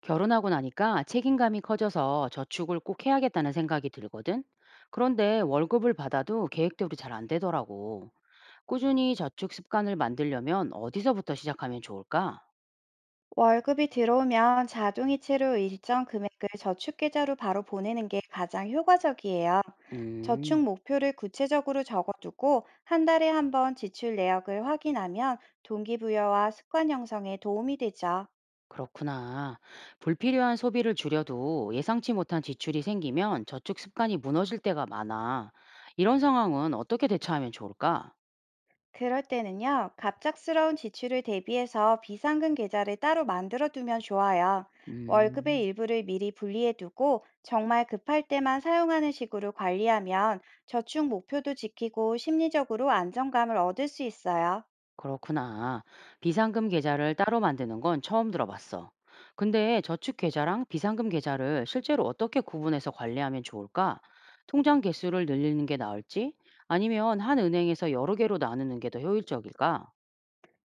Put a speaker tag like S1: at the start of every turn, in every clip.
S1: 결혼하고 나니까 책임감이 커져서 저축을 꼭 해야겠다는 생각이 들거든. 그런데 월급을 받아도 계획대로 잘 안 되더라고. 꾸준히 저축 습관을 만들려면 어디서부터 시작하면 좋을까?
S2: 월급이 들어오면 자동이체로 일정 금액을 저축계좌로 바로 보내는 게 가장 효과적이에요. 저축
S1: 음,
S2: 목표를 구체적으로 적어두고 한 달에 한 번 지출 내역을 확인하면 동기부여와 습관 형성에 도움이 되죠.
S1: 그렇구나. 불필요한 소비를 줄여도 예상치 못한 지출이 생기면 저축 습관이 무너질 때가 많아. 이런 상황은 어떻게 대처하면 좋을까?
S2: 그럴 때는요, 갑작스러운 지출을 대비해서 비상금 계좌를 따로 만들어 두면 좋아요. 월급의
S1: 음.
S2: 일부를 미리 분리해 두고 정말 급할 때만 사용하는 식으로 관리하면 저축 목표도 지키고 심리적으로 안정감을 얻을 수 있어요.
S1: 그렇구나. 비상금 계좌를 따로 만드는 건 처음 들어봤어. 근데 저축 계좌랑 비상금 계좌를 실제로 어떻게 구분해서 관리하면 좋을까? 통장 개수를 늘리는 게 나을지? 아니면 한 은행에서 여러 개로 나누는 게 더 효율적일까?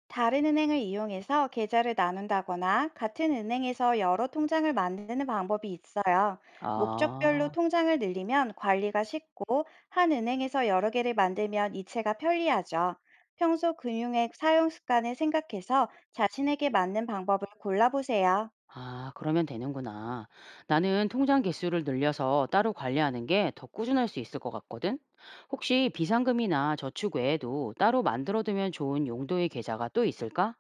S2: 다른 은행을 이용해서 계좌를 나눈다거나 같은 은행에서 여러 통장을 만드는 방법이 있어요. 목적별로
S1: 아,
S2: 통장을 늘리면 관리가 쉽고, 한 은행에서 여러 개를 만들면 이체가 편리하죠. 평소 금융액 사용 습관을 생각해서 자신에게 맞는 방법을 골라보세요.
S1: 아, 그러면 되는구나. 나는 통장 개수를 늘려서 따로 관리하는 게 더 꾸준할 수 있을 것 같거든? 혹시 비상금이나 저축 외에도 따로 만들어두면 좋은 용도의 계좌가 또 있을까?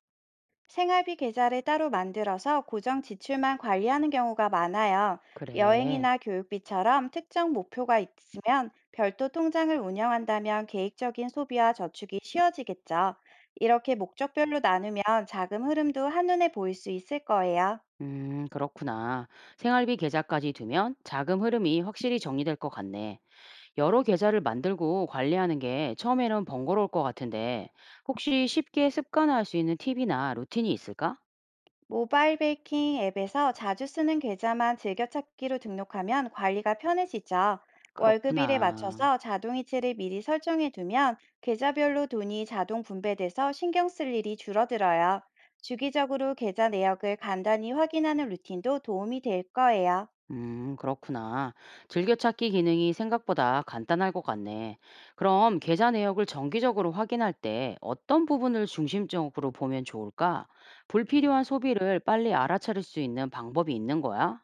S2: 생활비 계좌를 따로 만들어서 고정 지출만 관리하는 경우가 많아요.
S1: 그래.
S2: 여행이나 교육비처럼 특정 목표가 있으면 별도 통장을 운영한다면 계획적인 소비와 저축이 쉬워지겠죠. 이렇게 목적별로 나누면 자금 흐름도 한눈에 보일 수 있을 거예요.
S1: 그렇구나. 생활비 계좌까지 두면 자금 흐름이 확실히 정리될 것 같네. 여러 계좌를 만들고 관리하는 게 처음에는 번거로울 것 같은데, 혹시 쉽게 습관화할 수 있는 팁이나 루틴이 있을까?
S2: 모바일 베이킹 앱에서 자주 쓰는 계좌만 즐겨찾기로 등록하면 관리가 편해지죠. 월급일에
S1: 그렇구나.
S2: 맞춰서 자동이체를 미리 설정해 두면 계좌별로 돈이 자동 분배돼서 신경 쓸 일이 줄어들어요. 주기적으로 계좌 내역을 간단히 확인하는 루틴도 도움이 될 거예요.
S1: 그렇구나. 즐겨찾기 기능이 생각보다 간단할 것 같네. 그럼 계좌 내역을 정기적으로 확인할 때 어떤 부분을 중심적으로 보면 좋을까? 불필요한 소비를 빨리 알아차릴 수 있는 방법이 있는 거야?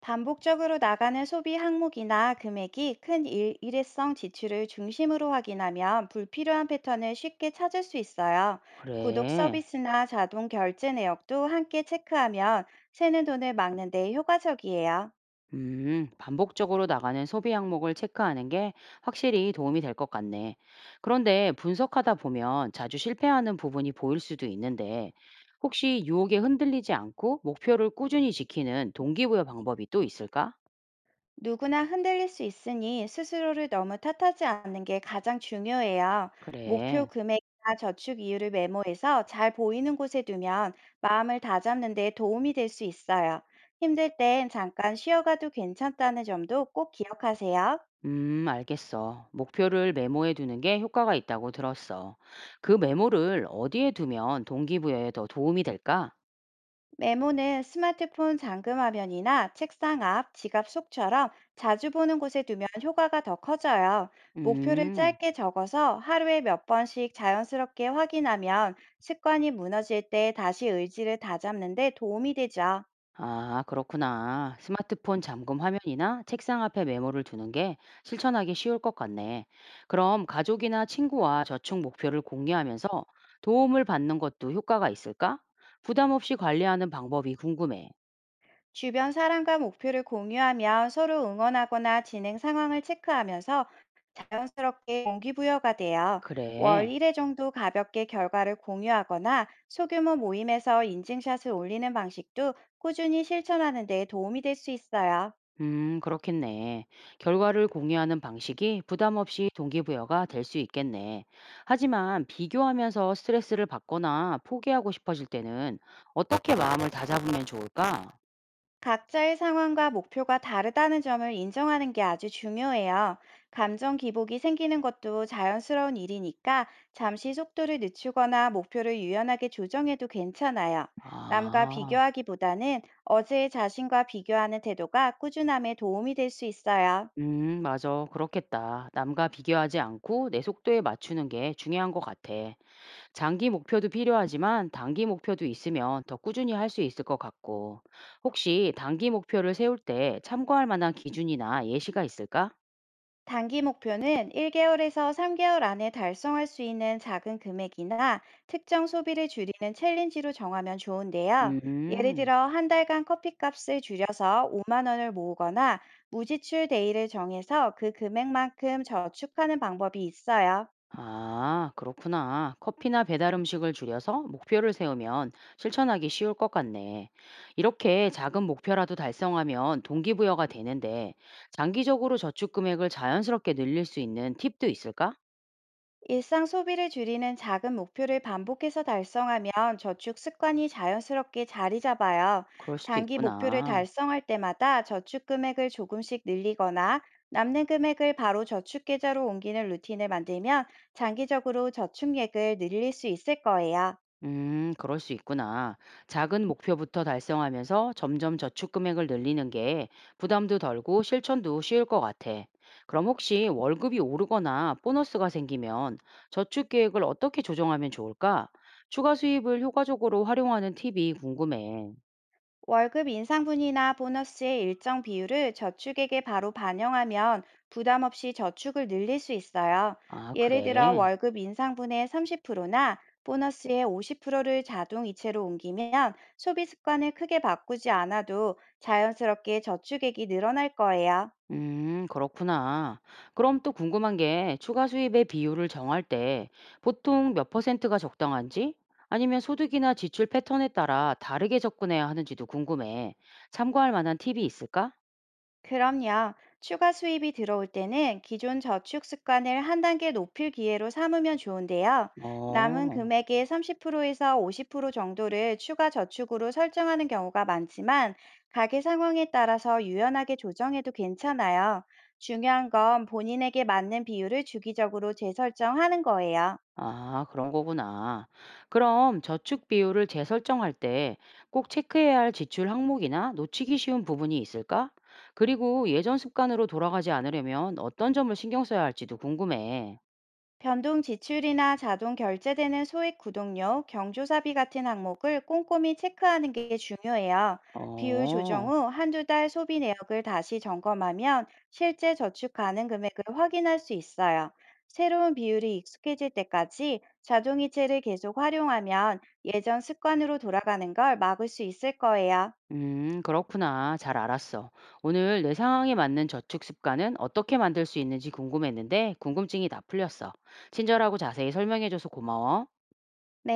S2: 반복적으로 나가는 소비 항목이나 금액이 큰 일, 일회성 지출을 중심으로 확인하면 불필요한 패턴을 쉽게 찾을 수 있어요. 구독
S1: 그래.
S2: 서비스나 자동 결제 내역도 함께 체크하면 새는 돈을 막는 데 효과적이에요.
S1: 반복적으로 나가는 소비 항목을 체크하는 게 확실히 도움이 될 것 같네. 그런데 분석하다 보면 자주 실패하는 부분이 보일 수도 있는데, 혹시 유혹에 흔들리지 않고 목표를 꾸준히 지키는 동기부여 방법이 또 있을까?
S2: 누구나 흔들릴 수 있으니 스스로를 너무 탓하지 않는 게 가장 중요해요. 목표
S1: 그래.
S2: 금액이나 저축 이유를 메모해서 잘 보이는 곳에 두면 마음을 다잡는 데 도움이 될 수 있어요. 힘들 땐 잠깐 쉬어가도 괜찮다는 점도 꼭 기억하세요.
S1: 알겠어. 목표를 메모해 두는 게 효과가 있다고 들었어. 그 메모를 어디에 두면 동기부여에 더 도움이 될까?
S2: 메모는 스마트폰 잠금화면이나 책상 앞, 지갑 속처럼 자주 보는 곳에 두면 효과가 더 커져요. 목표를
S1: 음.
S2: 짧게 적어서 하루에 몇 번씩 자연스럽게 확인하면 습관이 무너질 때 다시 의지를 다잡는 데 도움이 되죠.
S1: 아, 그렇구나. 스마트폰 잠금 화면이나 책상 앞에 메모를 두는 게 실천하기 쉬울 것 같네. 그럼 가족이나 친구와 저축 목표를 공유하면서 도움을 받는 것도 효과가 있을까? 부담 없이 관리하는 방법이 궁금해.
S2: 주변 사람과 목표를 공유하며 서로 응원하거나 진행 상황을 체크하면서 자연스럽게 동기부여가 되어, 월
S1: 그래.
S2: 1회 정도 가볍게 결과를 공유하거나 소규모 모임에서 인증샷을 올리는 방식도 꾸준히 실천하는 데 도움이 될 수 있어요.
S1: 그렇겠네. 결과를 공유하는 방식이 부담 없이 동기부여가 될 수 있겠네. 하지만 비교하면서 스트레스를 받거나 포기하고 싶어질 때는 어떻게 마음을 다잡으면 좋을까?
S2: 각자의 상황과 목표가 다르다는 점을 인정하는 게 아주 중요해요. 감정 기복이 생기는 것도 자연스러운 일이니까 잠시 속도를 늦추거나 목표를 유연하게 조정해도 괜찮아요. 남과
S1: 아.
S2: 비교하기보다는 어제의 자신과 비교하는 태도가 꾸준함에 도움이 될 수 있어요.
S1: 맞아. 그렇겠다. 남과 비교하지 않고 내 속도에 맞추는 게 중요한 것 같아. 장기 목표도 필요하지만 단기 목표도 있으면 더 꾸준히 할 수 있을 것 같고. 혹시 단기 목표를 세울 때 참고할 만한 기준이나 예시가 있을까?
S2: 단기 목표는 1개월에서 3개월 안에 달성할 수 있는 작은 금액이나 특정 소비를 줄이는 챌린지로 정하면 좋은데요. 예를
S1: 음.
S2: 들어 한 달간 커피값을 줄여서 5만 원을 모으거나 무지출 데이를 정해서 그 금액만큼 저축하는 방법이 있어요.
S1: 아, 그렇구나. 커피나 배달 음식을 줄여서 목표를 세우면 실천하기 쉬울 것 같네. 이렇게 작은 목표라도 달성하면 동기부여가 되는데, 장기적으로 저축 금액을 자연스럽게 늘릴 수 있는 팁도 있을까?
S2: 일상 소비를 줄이는 작은 목표를 반복해서 달성하면 저축 습관이 자연스럽게 자리 잡아요.
S1: 그럴 수도
S2: 단기 목표를
S1: 있구나.
S2: 달성할 때마다 저축 금액을 조금씩 늘리거나 남는 금액을 바로 저축 계좌로 옮기는 루틴을 만들면 장기적으로 저축액을 늘릴 수 있을 거예요.
S1: 그럴 수 있구나. 작은 목표부터 달성하면서 점점 저축 금액을 늘리는 게 부담도 덜고 실천도 쉬울 것 같아. 그럼 혹시 월급이 오르거나 보너스가 생기면 저축 계획을 어떻게 조정하면 좋을까? 추가 수입을 효과적으로 활용하는 팁이 궁금해.
S2: 월급 인상분이나 보너스의 일정 비율을 저축액에 바로 반영하면 부담 없이 저축을 늘릴 수 있어요.
S1: 아,
S2: 예를 들어
S1: 그래.
S2: 월급 인상분의 30%나 보너스의 50%를 자동 이체로 옮기면 소비 습관을 크게 바꾸지 않아도 자연스럽게 저축액이 늘어날 거예요.
S1: 그렇구나. 그럼 또 궁금한 게 추가 수입의 비율을 정할 때 보통 몇 퍼센트가 적당한지 아니면 소득이나 지출 패턴에 따라 다르게 접근해야 하는지도 궁금해. 참고할 만한 팁이 있을까?
S2: 그럼요. 추가 수입이 들어올 때는 기존 저축 습관을 한 단계 높일 기회로 삼으면 좋은데요. 남은
S1: 어,
S2: 금액의 30%에서 50% 정도를 추가 저축으로 설정하는 경우가 많지만 가계 상황에 따라서 유연하게 조정해도 괜찮아요. 중요한 건 본인에게 맞는 비율을 주기적으로 재설정하는 거예요.
S1: 아, 그런 거구나. 그럼 저축 비율을 재설정할 때 꼭 체크해야 할 지출 항목이나 놓치기 쉬운 부분이 있을까? 그리고 예전 습관으로 돌아가지 않으려면 어떤 점을 신경 써야 할지도 궁금해.
S2: 변동 지출이나 자동 결제되는 소액 구독료, 경조사비 같은 항목을 꼼꼼히 체크하는 게 중요해요. 비율 조정
S1: 어.
S2: 후 한두 달 소비 내역을 다시 점검하면 실제 저축 가능 금액을 확인할 수 있어요. 새로운 비율이 익숙해질 때까지 자동이체를 계속 활용하면 예전 습관으로 돌아가는 걸 막을 수 있을 거예요.
S1: 그렇구나. 잘 알았어. 오늘 내 상황에 맞는 저축 습관은 어떻게 만들 수 있는지 궁금했는데 궁금증이 다 풀렸어. 친절하고 자세히 설명해줘서 고마워.
S2: 네.